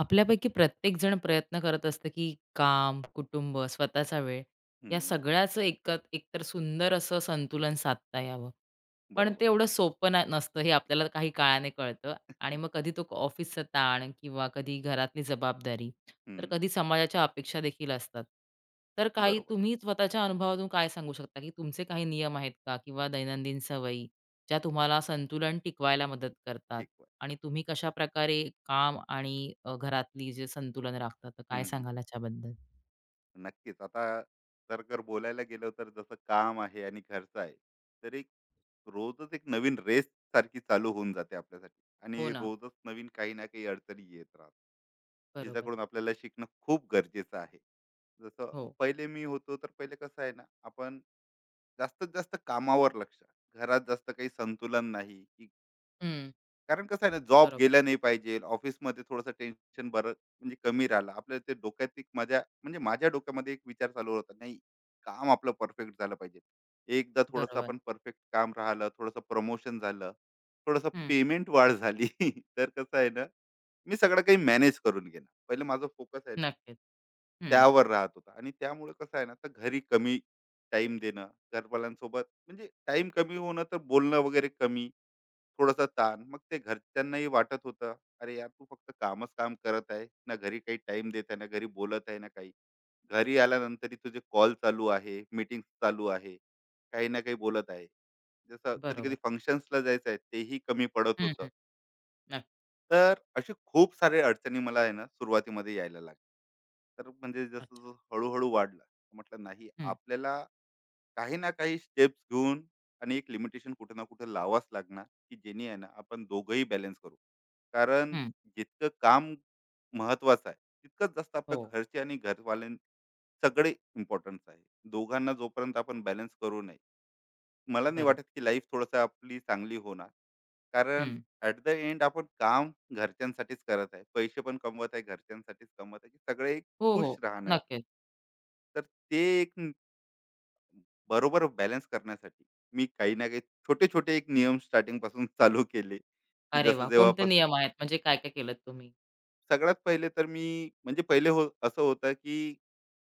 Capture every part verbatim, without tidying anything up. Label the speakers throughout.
Speaker 1: आपल्यापैकी प्रत्येकजण प्रयत्न करत असतं की काम, कुटुंब, स्वतःचा वेळ या
Speaker 2: हं,
Speaker 1: सगळ्याचं एकत एकतर सुंदर असं संतुलन साधता यावं. पण ते
Speaker 2: बरोबर.
Speaker 1: एवढं सोपं ना नसतं हे आपल्याला काही काळाने कळतं आणि
Speaker 2: हं,
Speaker 1: मग कधी तो ऑफिसचा ताण किंवा कधी घरातली जबाबदारी,
Speaker 2: हं,
Speaker 1: तर कधी समाजाच्या अपेक्षा देखील असतात. तर काही
Speaker 2: बरोबर.
Speaker 1: तुम्ही स्वतःच्या अनुभवातून काय सांगू शकता की तुमचे काही नियम आहेत का? किंवा दैनंदिन सवयी ज्या तुम्हाला संतुलन टिकवायला मदत करतात
Speaker 2: ठीक आहे.
Speaker 1: आणि तुम्ही कशाप्रकारे काम आणि अ, घरातली जे संतुलन राखतात तर काय
Speaker 2: हं, हं.
Speaker 1: सांगाल याच्याबद्दल?
Speaker 2: नक्कीच. आता जर जर बोलायला गेलो तर जसं काम आहे आणि घरचं आहे, तर एक रोजच एक नवीन रेस सारखी चालू होऊन जाते आपल्यासाठी आणि
Speaker 1: हो ना,
Speaker 2: रोजच नवीन काही ना काही अडचणी येत राहतात.
Speaker 1: बरोबर.
Speaker 2: जिच्याकडून आपल्याला शिकणं खूप गरजेचं आहे. जसं
Speaker 1: हो.
Speaker 2: पहिले मी होतो, तर पहिले कसं आहे ना, आपण जास्तीत जास्त कामावर लक्ष, घरात जास्त काही संतुलन नाही, की
Speaker 1: हं.
Speaker 2: कारण कसं आहे ना जॉब
Speaker 1: बरोबर,
Speaker 2: गेला नाही पाहिजे. ऑफिसमध्ये थोडंसं टेन्शन बरं म्हणजे कमी राहिलं. आपल्या ते डोक्यात एक माझ्या म्हणजे माझ्या डोक्यामध्ये एक विचार चालू होता, नाही काम आपलं परफेक्ट झालं पाहिजे. एकदा थोडंसं
Speaker 1: बरोबर.
Speaker 2: आपण परफेक्ट काम राहिलं, थोडंसं प्रमोशन झालं, थोडंसं
Speaker 1: हं,
Speaker 2: पेमेंट वाढ झाली, तर कसं आहे ना, मी सगळं काही मॅनेज करून घेणार. पहिलं माझा फोकस आहे ना
Speaker 1: नक्कीच. हं,
Speaker 2: त्यावर राहत होता आणि त्यामुळे कसं आहे ना, तर घरी कमी टाईम देणं, घरवाल्यांसोबत म्हणजे टाईम कमी होणं, तर बोलणं वगैरे कमी. थोडासा ताण मग ते घरच्यांनाही वाटत होतं, अरे यार तू फक्त कामच काम करत आहे ना, घरी काही टाइम देत आहे ना, घरी बोलत आहे ना काही. घरी आल्यानंतरही तुझे कॉल चालू आहे, मीटिंग चालू आहे, काही ना काही बोलत आहे. जसं कधी कधी
Speaker 1: बरोबर.
Speaker 2: फंक्शन्सला जायचं आहे तेही कमी पडत
Speaker 1: हं,
Speaker 2: होतं.
Speaker 1: हं. नक्की.
Speaker 2: तर असे खूप सारे अडचणी मला आहे ना सुरुवातीमध्ये यायला लागले, तर म्हणजे जसं
Speaker 1: अच्छा.
Speaker 2: जसं हळूहळू वाढलं. म्हटलं नाही
Speaker 1: हं,
Speaker 2: आपल्याला काही ना काही स्टेप्स घेऊन आणि एक लिमिटेशन कुठे ना कुठे लावाच लागणार, की जेणे आहे ना आपण दोघंही बॅलन्स करू. कारण
Speaker 1: हं.
Speaker 2: जितकं काम महत्वाचं आहे तितकंच जास्त आपल्या
Speaker 1: हो,
Speaker 2: घरचे आणि घरवाल्यां, सगळे इम्पॉर्टन्स आहे. दोघांना जोपर्यंत आपण बॅलन्स करू नाही, मला नाही वाटत
Speaker 1: बरोबर.
Speaker 2: की लाईफ थोडंसं आपली चांगली होणार. कारण
Speaker 1: हं.
Speaker 2: ॲट द एंड आपण काम घरच्यांसाठीच करत आहे, पैसे पण कमवत आहे घरच्यांसाठीच कमवत आहे, की सगळे एक
Speaker 1: हो, हो.
Speaker 2: खुश राहणार.
Speaker 1: नक्कीच.
Speaker 2: तर ते एक बरोबर बॅलन्स करण्यासाठी मी काही ना काही छोटे छोटे एक नियम स्टार्टिंग पासून चालू केले, की
Speaker 1: अरे
Speaker 2: जसं
Speaker 1: वाह! कोणते
Speaker 2: जेव्हापासून.
Speaker 1: नियम आहेत म्हणजे काय, काय केलत तुम्ही?
Speaker 2: सगळ्यात पहिले तर मी, म्हणजे पहिले हो असं होतं की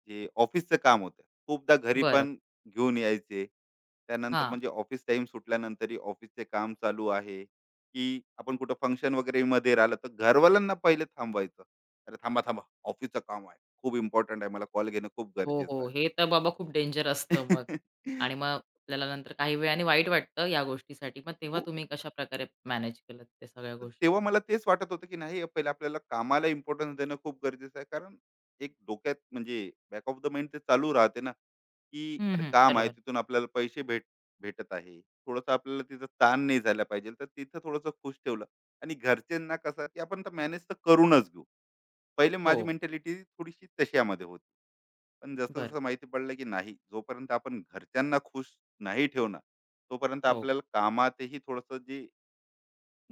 Speaker 2: जे ऑफिसचं काम होतं खूपदा घरी
Speaker 1: बरं.
Speaker 2: पण घेऊन यायचे. त्यानंतर
Speaker 1: हां.
Speaker 2: म्हणजे ऑफिस टाइम सुटल्यानंतरही ऑफिसचे काम चालू आहे, की आपण कुठं फंक्शन वगैरे मध्ये राहिलं तर घरवाल्यांना पहिले थांबवायचं, अरे थांबा थांबा, ऑफिसचं काम आहे, खूप इम्पॉर्टंट आहे, मला कॉल घेणं खूप
Speaker 1: हो,
Speaker 2: गरजेचं
Speaker 1: हो.
Speaker 2: आहे.
Speaker 1: हे तर बाबा खूप डेंजर असतं मग. आणि मग आपल्याला नंतर काही वेळाने वाईट वाटतं या गोष्टीसाठी. मग तेव्हा
Speaker 2: खूप,
Speaker 1: तुम्ही कशाप्रकारे मॅनेज केलंत त्या सगळ्या
Speaker 2: तर
Speaker 1: गोष्टी?
Speaker 2: तेव्हा मला तेच वाटत होतं की नाही, पहिले आपल्याला कामाला इम्पॉर्टन्स देणं खूप गरजेचं आहे, कारण एक डोक्यात म्हणजे बॅक ऑफ द माइंड ते चालू राहते ना, की
Speaker 1: हं,
Speaker 2: अरे
Speaker 1: हं.
Speaker 2: काम आहे
Speaker 1: बरोबर.
Speaker 2: तिथून आपल्याला पैसे भेट भेटत आहे, थोडंसं आपल्याला तिथं ताण नाही झाला पाहिजे, तर तिथं थोडंसं खुश ठेवलं आणि घरच्यांना कसं, की आपण तर मॅनेज तर करूनच घेऊ. पहिले
Speaker 1: हो,
Speaker 2: माझी मेंटॅलिटी थोडीशी तशामध्ये होती, पण जसं
Speaker 1: बरं.
Speaker 2: जसं माहिती पडलं की नाही, जोपर्यंत आपण घरच्यांना खुश नाही ठेवणार तोपर्यंत
Speaker 1: हो.
Speaker 2: आपल्याला कामातही थोडंसं जे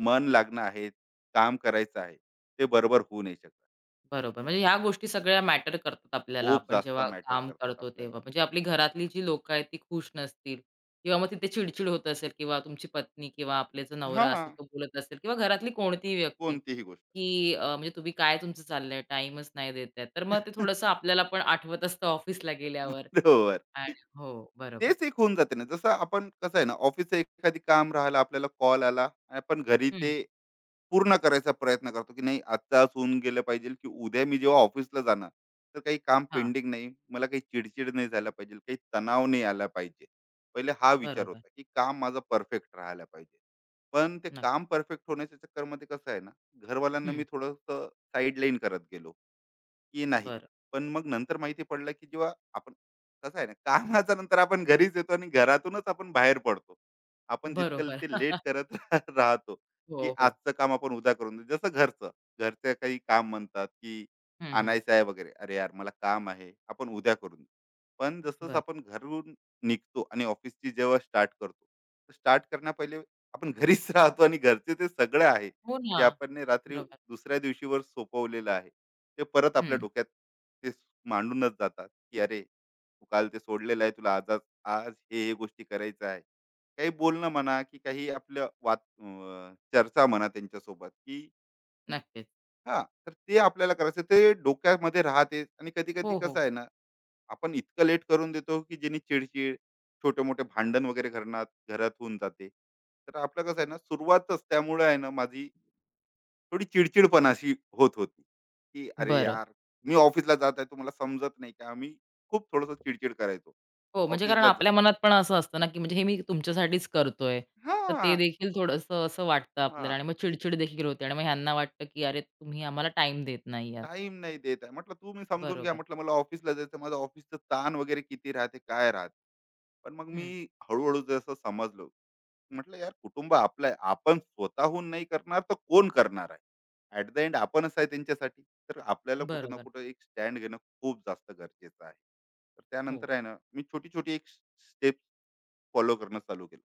Speaker 2: मन लागणं आहे, काम करायचं आहे, ते बरोबर होऊ नाही शकत.
Speaker 1: बरोबर. म्हणजे ह्या गोष्टी सगळ्या मॅटर करतात आपल्याला.
Speaker 2: खूप
Speaker 1: आपण
Speaker 2: जास्त
Speaker 1: जेव्हा
Speaker 2: मॅटर
Speaker 1: काम
Speaker 2: करतात
Speaker 1: करतो तेव्हा.
Speaker 2: आपल्याला.
Speaker 1: म्हणजे आपली घरातली जी लोकं आहेत ती खुश नसतील किंवा मग तिथे चिड-चिड होत असेल किंवा तुमची पत्नी किंवा आपले जो नवरा
Speaker 2: हां,
Speaker 1: असेल तो बोलत असेल किंवा घरातली कोणतीही व्यक्ती,
Speaker 2: कोणतीही गोष्ट.
Speaker 1: की अ, म्हणजे तुम्ही काय तुमचं चाललंय, टाईमच नाही देत आहे. तर मग ते थोडंसं आपल्याला पण आठवत असतं ऑफिसला गेल्यावर.
Speaker 2: बरोबर.
Speaker 1: आणि हो, बरोबर.
Speaker 2: तेच एक होऊन जाते ना, जसं आपण कसं आहे ना, ऑफिसचं एखादी काम राहिलं, आपल्याला कॉल आला आणि आपण घरी ते
Speaker 1: हं.
Speaker 2: पूर्ण करायचा प्रयत्न करतो, की नाही आत्ताच होऊन गेलं पाहिजे, की उद्या मी जेव्हा ऑफिसला जाणार, तर काही काम
Speaker 1: हां.
Speaker 2: पेंडिंग नाही. मला काही चिड नाही झाला पाहिजे, काही तणाव नाही आला पाहिजे. पहिले हा विचार
Speaker 1: बरोबर.
Speaker 2: होता, की काम माझं परफेक्ट राहायला पाहिजे. पण ते
Speaker 1: नक्की.
Speaker 2: काम परफेक्ट होण्याच्या चक्करमध्ये कसं आहे ना, घरवाल्यांना
Speaker 1: हं.
Speaker 2: मी थोडंसं साइडलाईन करत गेलो. की नाही.
Speaker 1: बरं.
Speaker 2: पण मग नंतर माहिती पडलं, की जेव्हा आपण कसं आहे ना, कामाच्या नंतर आपण घरीच येतो आणि घरातूनच आपण बाहेर पडतो. आपण जितकं
Speaker 1: बरोबर.
Speaker 2: ते लेट करत राहतो, की
Speaker 1: हो, हो.
Speaker 2: आजचं काम आपण उद्या करून देऊ. जसं घरचं, घरचं काही काम म्हणतात, की
Speaker 1: हं, हं.
Speaker 2: आणायचं आहे वगैरे. अरे यार, मला काम आहे, आपण उद्या करून देऊ. पण जसंच
Speaker 1: बरं.
Speaker 2: आपण घरून निघतो आणि ऑफिसची जेव्हा स्टार्ट करतो, स्टार्ट करण्या पहिले आपण घरीच राहतो आणि घरचे ते सगळं आहे,
Speaker 1: हो ना.
Speaker 2: जे आपण ने रात्री
Speaker 1: बरोबर.
Speaker 2: दुसऱ्या दिवशीवर सोपवलेलं आहे. ते परत आपल्या
Speaker 1: हं.
Speaker 2: डोक्यात ते मांडूनच जातात, की अरे तू काल ते सोडलेलं आहे, तुला आज, आज हे हे गोष्टी करायचं आहे, काही बोलणं म्हणा की काही आपलं वाद अं, चर्चा म्हणा त्यांच्यासोबत, की
Speaker 1: नक्कीच.
Speaker 2: हा. तर ते आपल्याला करायचं ते डोक्यामध्ये राहते आणि कधी कधी
Speaker 1: हो,
Speaker 2: कसं
Speaker 1: हो.
Speaker 2: आहे ना, आपण इतकं लेट करून देतो की ज्यांनी चिडचिड, छोटे मोठे भांडण वगैरे घरात घरात होऊन जाते. तर आपलं कसं आहे ना, सुरुवातच त्यामुळे आहे ना, माझी थोडी चिडचिडपण अशी होत होती, की "अरे
Speaker 1: बरं.
Speaker 2: यार, मी ऑफिसला जात आहे, तुम्हाला समजत नाही का?" मी खूप थोडंसं चिडचिड करायचो.
Speaker 1: हो, म्हणजे कारण
Speaker 2: ऑफिसला जा,
Speaker 1: आपल्या मनात पण असं असतं ना, की म्हणजे हे मी तुमच्यासाठीच करतोय. तर ते
Speaker 2: हां,
Speaker 1: देखील थोडंसं असं वाटतं
Speaker 2: हां,
Speaker 1: आपल्याला आणि मग
Speaker 2: की
Speaker 1: चिड-चिड देखील होते आणि मग ह्यांना वाटतं, की "अरे, तुम्ही आम्हाला टाइम देत नाही आहात."
Speaker 2: टाईम नाही देत आहे. म्हटलं, "तुम्ही समजून घ्या."
Speaker 1: बरोबर.
Speaker 2: म्हटलं, "मला ऑफिसला जायचं आहे. माझं ऑफिसचं ताण वगैरे किती राहते, काय राहते." पण मग
Speaker 1: हं.
Speaker 2: मी हळू-हळू जसं समजलो, म्हटलं यार कुटुंब आपलं आहे, आपण स्वतःहून नाही करणार तर कोण करणार आहे, ऍट द एंड आपणच आहे त्यांच्यासाठी. तर आपल्याला कुठं ना
Speaker 1: बरोबर.
Speaker 2: कुठं एक स्टँड घेणं खूप जास्त गरजेचं आहे, तर
Speaker 1: हो.
Speaker 2: त्यानंतर आहे ना मी छोटी छोटी एक स्टेप फॉलो करणं चालू केलं,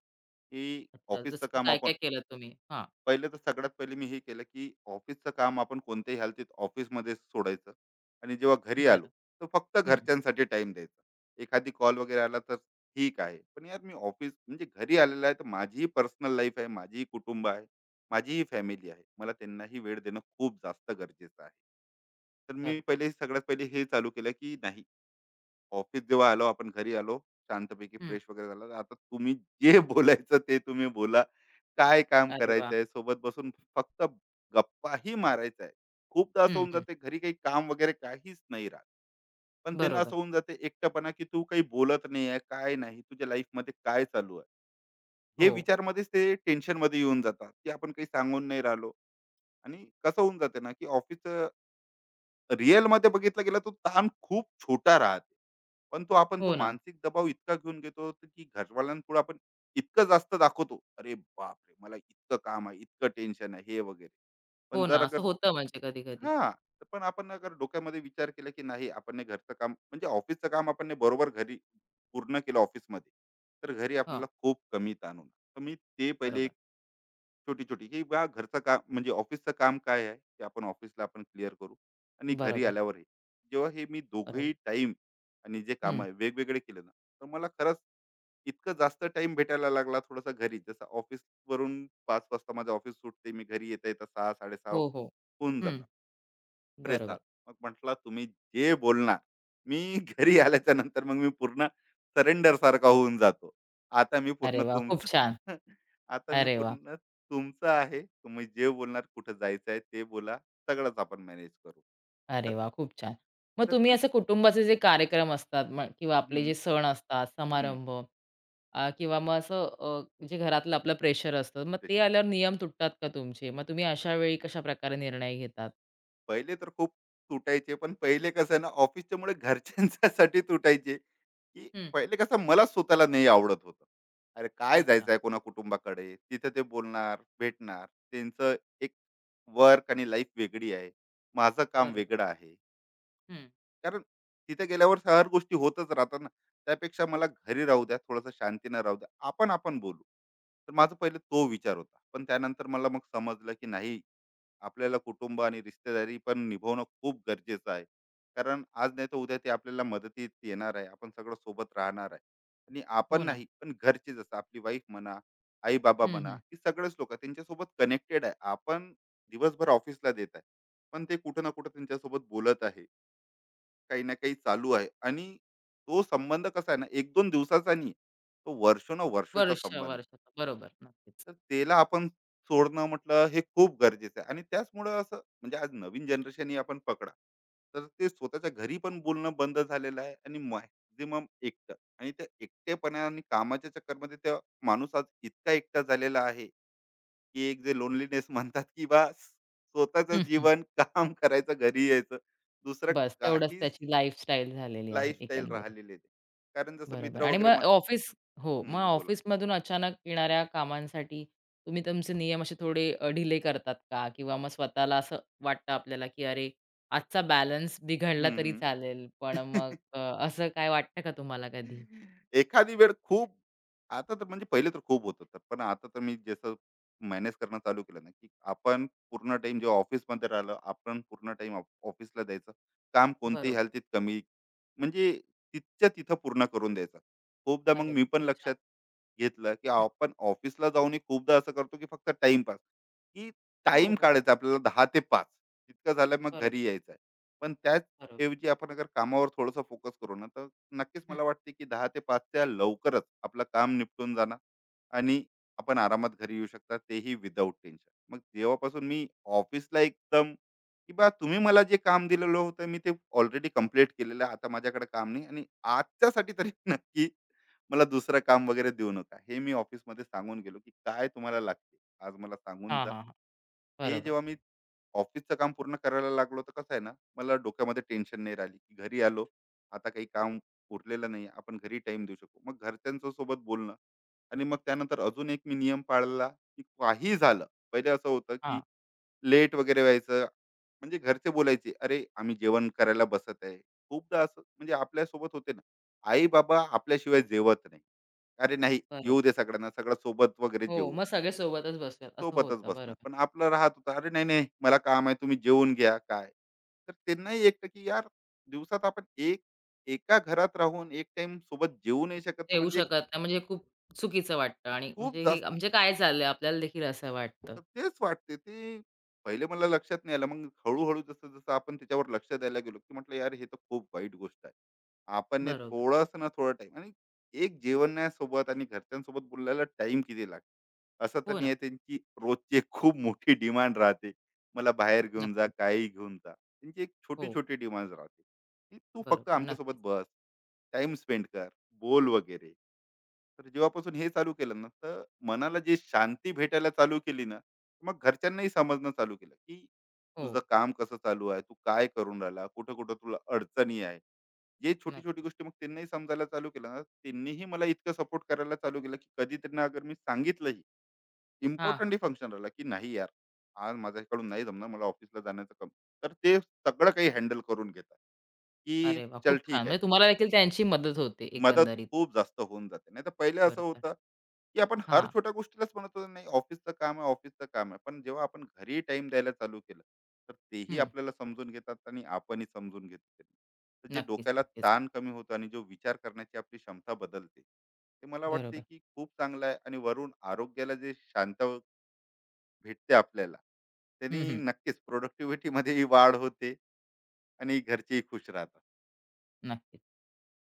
Speaker 2: की
Speaker 1: अच्छा. जसं
Speaker 2: ऑफिसचं
Speaker 1: की
Speaker 2: काम आपण.
Speaker 1: काय-काय केलं तुम्ही? हां.
Speaker 2: पहिले तर, सगळ्यात पहिले मी हे केलं, की ऑफिसचं काम आपण कोणत्याही हालतीत ऑफिसमध्येच सोडायचं आणि जेव्हा घरी आलो,
Speaker 1: बरं.
Speaker 2: तर फक्त
Speaker 1: हं.
Speaker 2: घरच्यांसाठी टाईम द्यायचा. एखादी कॉल वगैरे आला तर ठीक आहे. पण यार मी ऑफिस, म्हणजे घरी आलेला आहे, तर माझीही पर्सनल लाईफ आहे, माझीही कुटुंब आहे, माझीही फॅमिली आहे. मला त्यांनाही वेळ देणं खूप जास्त गरजेचं आहे. तर मी
Speaker 1: बरं.
Speaker 2: पहिले, सगळ्यात पहिले हे चालू केलं, की नाही, ऑफिस जेव्हा आलो, आपण घरी आलो, शांतपैकी
Speaker 1: हं.
Speaker 2: फ्रेश वगैरे झालं, आता तुम्ही जे बोलायचं ते तुम्ही बोला, काय काम
Speaker 1: अरे वाह!
Speaker 2: करायचं आहे सोबत बसून, फक्त गप्पाही मारायचा आहे. खूपदा असं
Speaker 1: हं,
Speaker 2: होऊन
Speaker 1: हं.
Speaker 2: जाते घरी, काही काम वगैरे काहीच नाही राहत, पण त्यांना असं
Speaker 1: बरोबर.
Speaker 2: होऊन जाते एकटपणा, की तू काही बोलत नाही आहे, काय नाही तुझ्या लाईफ मध्ये काय चालू आहे. हे
Speaker 1: हो.
Speaker 2: विचार मध्येच ते टेन्शन मध्ये येऊन जातात, की आपण काही सांगून नाही राहिलो. आणि कसं होऊन जाते ना, की ऑफिस रिअल मध्ये बघितलं गेलं तो ताण खूप छोटा राहते, पण तो आपण तो
Speaker 1: हो ना.
Speaker 2: मानसिक दबाव इतका घेऊन घेतो त- की घरवाल्यांपुढे आपण इतकं जास्त दाखवतो, अरे बापरे मला इतकं काम आहे, इतकं टेन्शन आहे, हे वगैरे. पण
Speaker 1: हो ना.
Speaker 2: जर
Speaker 1: असं
Speaker 2: अगर
Speaker 1: होतं म्हणजे कधी-कधी.
Speaker 2: हा, तर पण आपण अगर डोक्यामध्ये विचार केला, की नाही, आपण ने घरचं काम, म्हणजे ऑफिसचं काम आपण ने बरोबर घरी पूर्ण केलं ऑफिसमध्ये, तर घरी
Speaker 1: हां.
Speaker 2: आपल्याला खूप कमी ताण होणार. तर मी ते पहिले
Speaker 1: बरोबर.
Speaker 2: एक छोटी छोटी, की बा घरचं काम, म्हणजे ऑफिसचं काम काय आहे ते आपण ऑफिसला आपण क्लिअर करू आणि घरी
Speaker 1: बरोबर.
Speaker 2: आल्यावर हे, जेव्हा हे मी
Speaker 1: बरोबर.
Speaker 2: दोघंही टाइम आणि जे काम
Speaker 1: हं.
Speaker 2: आहे वेगवेगळे केले ना, तर मला खरंच इतकं जास्त टाइम भेटायला लागला थोडासा घरी. जसं ऑफिस वरून पाच वाजता माझं ऑफिस सुटते, मी घरी येता येता सहा साडेसहा
Speaker 1: हो, हो.
Speaker 2: होऊन
Speaker 1: हं.
Speaker 2: जातात
Speaker 1: बरोबर.
Speaker 2: फ्रेसात. मग म्हटलं तुम्ही जे बोलणार, मी घरी आल्याच्या नंतर मग मी पूर्ण सरेंडर सारखा होऊन जातो. आता मी
Speaker 1: अरे
Speaker 2: पूर्ण
Speaker 1: वाह! खूप
Speaker 2: तुमचं.
Speaker 1: छान.
Speaker 2: आता मी
Speaker 1: अरे वाह!
Speaker 2: पूर्ण तुमचं आहे. तुम्ही जे बोलणार, कुठं जायचं आहे ते बोला. सगळंच आपण मॅनेज करू. तर
Speaker 1: अरे
Speaker 2: ते
Speaker 1: वा, खूप छान. मग
Speaker 2: तर
Speaker 1: तुम्ही
Speaker 2: ते
Speaker 1: असं कुटुंबाचे जे कार्यक्रम असतात मग किंवा आपले
Speaker 2: हं,
Speaker 1: जे सण असतात,
Speaker 2: हं.
Speaker 1: समारंभ, अ, किंवा मग असं, अ, जे घरातलं आपलं प्रेशर असतं, मग ते
Speaker 2: प्रेशर.
Speaker 1: आल्यावर नियम तुटतात का तुमचे? मग तुम्ही अशा वेळी कशाप्रकारे निर्णय घेतात?
Speaker 2: पहिले तर खूप तुटायचे, पण पहिले कसं आहे ना, ऑफिसच्यामुळे घरच्यांच्यासाठी तुटायचे. की
Speaker 1: हं.
Speaker 2: पहिले कसं मला स्वतःला नाही आवडत होतं, अरे काय
Speaker 1: अच्छा.
Speaker 2: जायचं आहे कोणा कुटुंबाकडे, तिथे ते बोलणार भेटणार, त्यांचं एक वर्क आणि लाईफ वेगळी आहे, माझं काम
Speaker 1: बरोबर.
Speaker 2: वेगळं आहे.
Speaker 1: हं.
Speaker 2: कारण तिथे गेल्यावर हर गोष्टी होतच राहतात ना, त्यापेक्षा मला घरी राहू द्या, थोडंसं शांतीनं राहू द्या, आपण आपण बोलू. तर माझा पहिले तो विचार होता, पण त्यानंतर मला मग समजलं, की नाही, आपल्याला कुटुंब आणि रिश्तेदारी पण निभवणं खूप गरजेचं आहे. कारण आज नाही तर उद्या ते आपल्याला मदतीत येणार आहे, आपण सगळं सोबत राहणार आहे. आणि आपण
Speaker 1: हो ना.
Speaker 2: नाही, पण घरचे, जसं आपली वाईफ म्हणा, आई बाबा
Speaker 1: हं,
Speaker 2: म्हणा,
Speaker 1: हं.
Speaker 2: ही सगळेच लोक त्यांच्यासोबत कनेक्टेड आहे. आपण दिवसभर ऑफिसला देत आहे, पण ते कुठं ना कुठं त्यांच्यासोबत बोलत आहे, काही ना काही चालू आहे, आणि तो संबंध कसा आहे ना, एक दोन दिवसाचा नाही, तो वर्षोन वर्षाचा
Speaker 1: वर्ष,
Speaker 2: संबंध
Speaker 1: वर्ष.
Speaker 2: आहे.
Speaker 1: बरोबर. नक्कीच.
Speaker 2: तर त्याला आपण सोडणं म्हटलं हे खूप गरजेचं आहे, आणि त्याचमुळं असं म्हणजे आज नवीन जनरेशन ही आपण पकडा, तर ते स्वतःच्या घरी पण बोलणं बंद झालेलं आहे, आणि मॅक्झिमम एकटं, आणि त्या एकटेपणा आणि कामाच्या चक्करमध्ये त्या माणूस आज इतका एकटा झालेला आहे, की एक जे लोनलीनेस म्हणतात, की बा स्वतःचं
Speaker 1: हं, हं.
Speaker 2: जीवन, काम करायचं, घरी यायचं, दुसरं
Speaker 1: बस तेवढंच
Speaker 2: काहीच
Speaker 1: त्याची लाईफस्टाईल झालेली आहे
Speaker 2: लाईफस्टाईल
Speaker 1: एकंदरीत.
Speaker 2: राहिलेली नाही. कारण जसं
Speaker 1: बरोबर
Speaker 2: मित्र
Speaker 1: आणि
Speaker 2: वगैरे
Speaker 1: मग
Speaker 2: म्हण.
Speaker 1: ऑफिस. हो, मग
Speaker 2: हम्म, बोला.
Speaker 1: ऑफिसमधून अचानक येणाऱ्या कामांसाठी तुम्ही तुमचे नियम असे थोडे अ, ढिले करतात का? किंवा मग स्वतःला असं वाटतं आपल्याला, की "अरे, आजचा बॅलन्स बिघडला
Speaker 2: हम्म
Speaker 1: तरी चालेल."
Speaker 2: हम्म
Speaker 1: पण मग, अ, असं काय वाटतं का तुम्हाला कधी?
Speaker 2: एखादी वेळ खूप. आता तर म्हणजे पहिले तर खूप होत होतं, पण आता तर मी जसं मॅनेज करणं चालू केलं ना, की आपण पूर्ण टाइम जेव्हा ऑफिसमध्ये राहिलं, आपण पूर्ण टाइम ऑफिसला द्यायचं, काम कोणतेही
Speaker 1: बरोबर.
Speaker 2: हालतीत कमी, म्हणजे तिथच्या तिथं पूर्ण करून द्यायचं. खूपदा मग
Speaker 1: अरे वाह!
Speaker 2: मी पण
Speaker 1: खूप छान.
Speaker 2: लक्षात घेतलं, की
Speaker 1: हं.
Speaker 2: आपण ऑफिसला जाऊनही खूपदा असं करतो, की फक्त टाइमपास, की
Speaker 1: हो,
Speaker 2: टाइम
Speaker 1: हो.
Speaker 2: काढायचा आपल्याला, दहा ते पाच इतकं झालं मग
Speaker 1: बरोबर,
Speaker 2: घरी यायचं. पण त्याच
Speaker 1: बरोबर.
Speaker 2: ऐवजी आपण अगर कामावर थोडासा फोकस करू ना, तर नक्कीच
Speaker 1: हं.
Speaker 2: मला वाटते की दहा ते पाच लवकरच आपलं काम निपटून जाणार, आणि आपण आरामात घरी येऊ शकता, तेही विदाऊट टेन्शन. मग जेव्हापासून मी ऑफिसला एकदम, की बा तुम्ही मला जे काम दिलेलं होतं मी ते ऑलरेडी कंप्लीट केलेलं आहे. आता माझ्याकडे काम नाही आणि आजच्यासाठी तरी नक्की मला दुसरं काम वगैरे देऊ नका. हे मी ऑफिसमध्ये सांगून गेलो की काय तुम्हाला लागते आज मला सांगून
Speaker 1: हां,
Speaker 2: जा.
Speaker 1: हां, हां.
Speaker 2: हे
Speaker 1: बरोबर.
Speaker 2: जेव्हा मी ऑफिसचं काम पूर्ण करायला लागलो तर कसं आहे ना, मला डोक्यामध्ये टेन्शन नाही राहिली की घरी आलो आता काही काम उरलेलं नाही. आपण घरी टाइम देऊ शकू, मग घरच्यांच्या सोबत बोलणं. आणि मग त्यानंतर अजून एक मी नियम पाळला की काही झालं, पहिले असं होतं की
Speaker 1: हां,
Speaker 2: लेट वगैरे व्हायचं, म्हणजे घरचे बोलायचे अरे आम्ही जेवण करायला बसत आहे. खूपदा असं म्हणजे आपल्यासोबत होते ना, आई बाबा आपल्याशिवाय जेवत नाही. अरे नाही, येऊ
Speaker 1: बरोबर.
Speaker 2: दे सगळ्यांना, सगळं सोबत वगैरे
Speaker 1: हो,
Speaker 2: जेऊ,
Speaker 1: मग सगळे सोबतच बसूयात असं
Speaker 2: सोबतच
Speaker 1: होतं.
Speaker 2: बसणार.
Speaker 1: बरोबर.
Speaker 2: पण आपलं राहत होतं, "अरे नाही, नाही मला काम आहे, तुम्ही जेवून घ्या." काय. तर त्यांनाही एकटं की यार दिवसात आपण एक एका घरात राहून एक टाइम सोबत जेवू नाही शकत, तर
Speaker 1: येऊ
Speaker 2: म्हणजे
Speaker 1: शकत नाही म्हणजे खूप चुकीचं वाटतं आणि
Speaker 2: खूप
Speaker 1: म्हणजे हे
Speaker 2: जास्त.
Speaker 1: म्हणजे काय चाललंय? आपल्याला देखील असं वाटतं.
Speaker 2: तर तेच वाटते ते, पहिले मला लक्षात नाही आलं. मग हळूहळू जसं जसं आपण त्याच्यावर लक्ष द्यायला गेलो की म्हटलं यार हे तर खूप वाईट गोष्ट आहे. आपण हे
Speaker 1: बरोबर.
Speaker 2: थोडस ना, थोडा टाइम आणि एक जेवणासोबत आणि घरच्यांसोबत बोलायला टाइम किती लागतो? असं तर
Speaker 1: हो
Speaker 2: नाही
Speaker 1: ना.
Speaker 2: आहे. त्यांची रोजची एक खूप मोठी डिमांड राहते, मला बाहेर घेऊन जा,
Speaker 1: नक्कीच.
Speaker 2: काही घेऊन जा. त्यांची एक छोटी
Speaker 1: हो,
Speaker 2: छोटी डिमांड राहते की तू
Speaker 1: बरोबर.
Speaker 2: फक्त
Speaker 1: नक्कीच.
Speaker 2: आमच्यासोबत बस, टाइम स्पेंड कर, बोल वगैरे. तर जेव्हापासून हे चालू केलं ना, तर मनाला जी शांती भेटायला चालू केली ना, मग घरच्यांनाही समजणं चालू केलं की तुझं
Speaker 1: हो,
Speaker 2: काम कसं चालू आहे, तू काय करून राहिला, कुठं कुठं तुला अडचणी आहे. जे छोटी छोटी
Speaker 1: नक्कीच.
Speaker 2: गोष्टी, मग त्यांनाही समजायला चालू केलं ना, त्यांनीही मला इतकं सपोर्ट करायला चालू केलं की कधी त्यांना अगर मी सांगितलंही
Speaker 1: हां, हां.
Speaker 2: इम्पॉर्टंटही फंक्शन राहिला की नाही यार, आज माझ्याकडून नाही जमणार मला ऑफिसला जाण्याचं काम, तर ते सगळं काही हँडल करून घेतात की
Speaker 1: अरे वाह!
Speaker 2: चल
Speaker 1: खूप छान.
Speaker 2: ठीक आहे.
Speaker 1: म्हणजे तुम्हाला देखील त्यांची मदत होते
Speaker 2: मदत
Speaker 1: एकंदरीत.
Speaker 2: खूप जास्त होऊन जाते. नाही तर पहिले असं
Speaker 1: बरोबर.
Speaker 2: होतं की आपण हर
Speaker 1: हां.
Speaker 2: छोट्या गोष्टीलाच म्हणत होतो नाही ऑफिसचं काम आहे, ऑफिसचं काम आहे. पण जेव्हा आपण घरी टाइम द्यायला चालू केलं, तर तेही
Speaker 1: हं.
Speaker 2: आपल्याला समजून घेतात आणि आपणही समजून घेतो त्यांना. तर जे
Speaker 1: नक्कीच,
Speaker 2: डोक्याला
Speaker 1: नक्कीच.
Speaker 2: ताण कमी होतो आणि जो विचार करण्याची आपली क्षमता बदलते, ते मला वाटते
Speaker 1: बरोबर.
Speaker 2: की खूप चांगलं आहे. आणि वरून आरोग्याला जे शांत भेटते आपल्याला,
Speaker 1: हं,
Speaker 2: त्यांनी
Speaker 1: हं.
Speaker 2: नक्कीच प्रोडक्टिव्हिटी मध्येही वाढ होते, आणि घरचेही खुश राहतात.
Speaker 1: नक्कीच.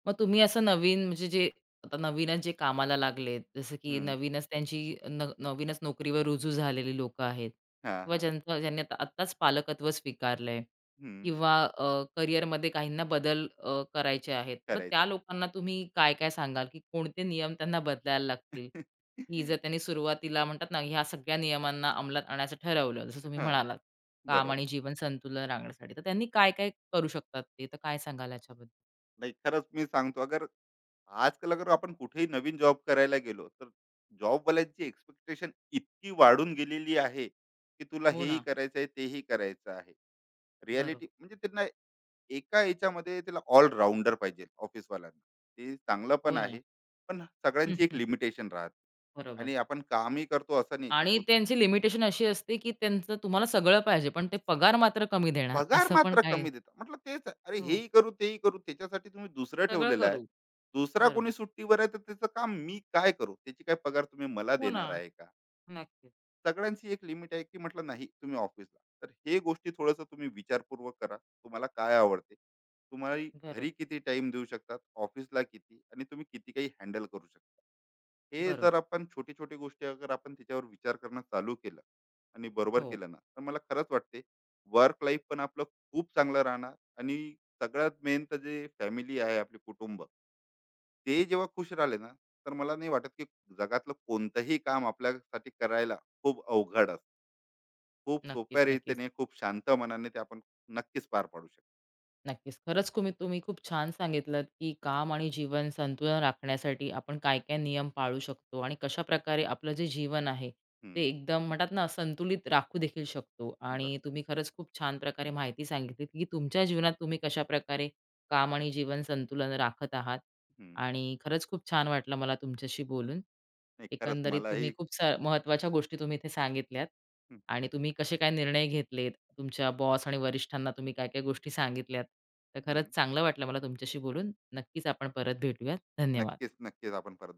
Speaker 1: मग तुम्ही असं नवीन म्हणजे जे आता नवीनच जे कामाला लागले, जसं की
Speaker 2: हम्म,
Speaker 1: नवीनच त्यांची न नवीनच नोकरीवर रुजू झालेली लोकं आहेत
Speaker 2: हा
Speaker 1: किंवा
Speaker 2: हा.
Speaker 1: ज्यांचं ज्यांनी आता आत्ताच पालकत्व स्वीकारलंय
Speaker 2: हम्म,
Speaker 1: किंवा, अ, करिअरमध्ये काहींना बदल, अ, करायचे आहेत. मग
Speaker 2: करायचं
Speaker 1: त्या
Speaker 2: आहे.
Speaker 1: लोकांना तुम्ही काय-काय सांगाल, की कोणते नियम त्यांना बदलायला लागतील? की जर त्यांनी सुरुवातीला म्हणतात ना, ह्या सगळ्या नियमांना अंमलात आणायचं ठरवलं, जसं तुम्ही
Speaker 2: हां,
Speaker 1: म्हणालात, काम आणि
Speaker 2: बरोबर.
Speaker 1: जीवन संतुलन राखण्यासाठी, तर त्यांनी काय-काय करू शकतात ते? तर काय सांगाल याच्याबद्दल?
Speaker 2: नाही, खरंच मी सांगतो, अगर आजकाल अगर आपण कुठेही नवीन जॉब करायला गेलो, तर जॉबवाल्यांची एक्स्पेक्टेशन इतकी वाढून गेलेली आहे, की तुला
Speaker 1: हो
Speaker 2: हेही
Speaker 1: ना.
Speaker 2: करायचं आहे, तेही करायचं आहे.
Speaker 1: बरोबर.
Speaker 2: रिॲलिटी म्हणजे त्यांना एका ह्याच्यामध्ये त्याला ऑलराउंडर पाहिजे, ऑफिसवाल्यांना. ते चांगलं
Speaker 1: हो
Speaker 2: पण
Speaker 1: ना.
Speaker 2: आहे, पण
Speaker 1: हं,
Speaker 2: सगळ्यांची एक
Speaker 1: हं.
Speaker 2: लिमिटेशन राहते.
Speaker 1: बरोबर.
Speaker 2: आणि आपण कामही करतो असं नाही, की
Speaker 1: आणि
Speaker 2: स्व
Speaker 1: त्यांची लिमिटेशन अशी असते, की त्यांचं तुम्हाला सगळं पाहिजे, पण ते पगार मात्र कमी देणार
Speaker 2: पगार
Speaker 1: असं पण
Speaker 2: मात्र
Speaker 1: काही.
Speaker 2: कमी देता. म्हटलं तेच आहे. अरे
Speaker 1: हो.
Speaker 2: हेही करू, तेही करू, त्याच्यासाठी तुम्ही दुसरं
Speaker 1: सगळं
Speaker 2: ठेवलेलं आहे.
Speaker 1: करू.
Speaker 2: दुसरा कोणी
Speaker 1: बरोबर.
Speaker 2: सुट्टीवर आहे तर त्याचं काम मी काय करू? त्याची काय पगार तुम्ही मला
Speaker 1: हो ना.
Speaker 2: देणार आहे का?
Speaker 1: नक्कीच.
Speaker 2: सगळ्यांची एक लिमिट आहे, की म्हटलं नाही तुम्ही ऑफिसला. तर हे गोष्टी थोडंसं तुम्ही विचारपूर्वक करा. तुम्हाला काय आवडते? तुम्हाला घरी
Speaker 1: बरोबर.
Speaker 2: किती टाइम देऊ शकतात? ऑफिसला किती? आणि तुम्ही किती काही हँडल करू शकता. हे जर
Speaker 1: बरोबर.
Speaker 2: आपण छोटी छोटी गोष्टी अगर आपण त्याच्यावर विचार करणं चालू केलं आणि बरोबर
Speaker 1: हो.
Speaker 2: केलं ना, तर मला खरंच वाटते वर्क लाईफ पण आपलं खूप चांगलं राहणार. आणि सगळ्यात मेन तर जे फॅमिली आहे, आपले कुटुंब, ते जेव्हा खुश राहिले ना, तर मला नाही वाटत की जगातलं कोणतंही काम आपल्यासाठी करायला खूप अवघड असतं. खूप
Speaker 1: नक्कीच,
Speaker 2: सोप्या
Speaker 1: नक्कीच.
Speaker 2: रीतीने, खूप शांत मनाने ते आपण नक्कीच पार पाडू शकतो.
Speaker 1: नक्कीच. खरंच तुम्ही तुम्ही खूप छान सांगितलंत, की काम आणि जीवन संतुलन राखण्यासाठी आपण काय-काय नियम पाळू शकतो आणि कशा प्रकारे आपलं जे जीवन आहे, ते
Speaker 2: हम्म,
Speaker 1: एकदम म्हणतात ना, संतुलित राखू देखील शकतो. आणि
Speaker 2: बरोबर.
Speaker 1: तुम्ही खरंच खूप छान प्रकारे माहिती सांगितलीत, की तुमच्या जीवनात तुम्ही कशाप्रकारे काम आणि जीवन संतुलन राखत आहात
Speaker 2: हम्म,
Speaker 1: आणि खरंच खूप छान वाटलं मला तुमच्याशी बोलून.
Speaker 2: नाही खरंच
Speaker 1: एकंदरीत तुम्ही
Speaker 2: मलाही.
Speaker 1: खूप स महत्त्वाच्या गोष्टी तुम्ही इथे सांगितल्यात
Speaker 2: हम्म,
Speaker 1: आणि तुम्ही कसे काय निर्णय घेतलेत, तुमच्या बॉस आणि वरिष्ठांना तुम्ही काय-काय गोष्टी सांगितल्यात. तर खरंच
Speaker 2: हम्म,
Speaker 1: चांगलं वाटलं मला तुमच्याशी बोलून. नक्कीच आपण परत भेटूयात. धन्यवाद.
Speaker 2: नक्कीच नक्कीच आपण परत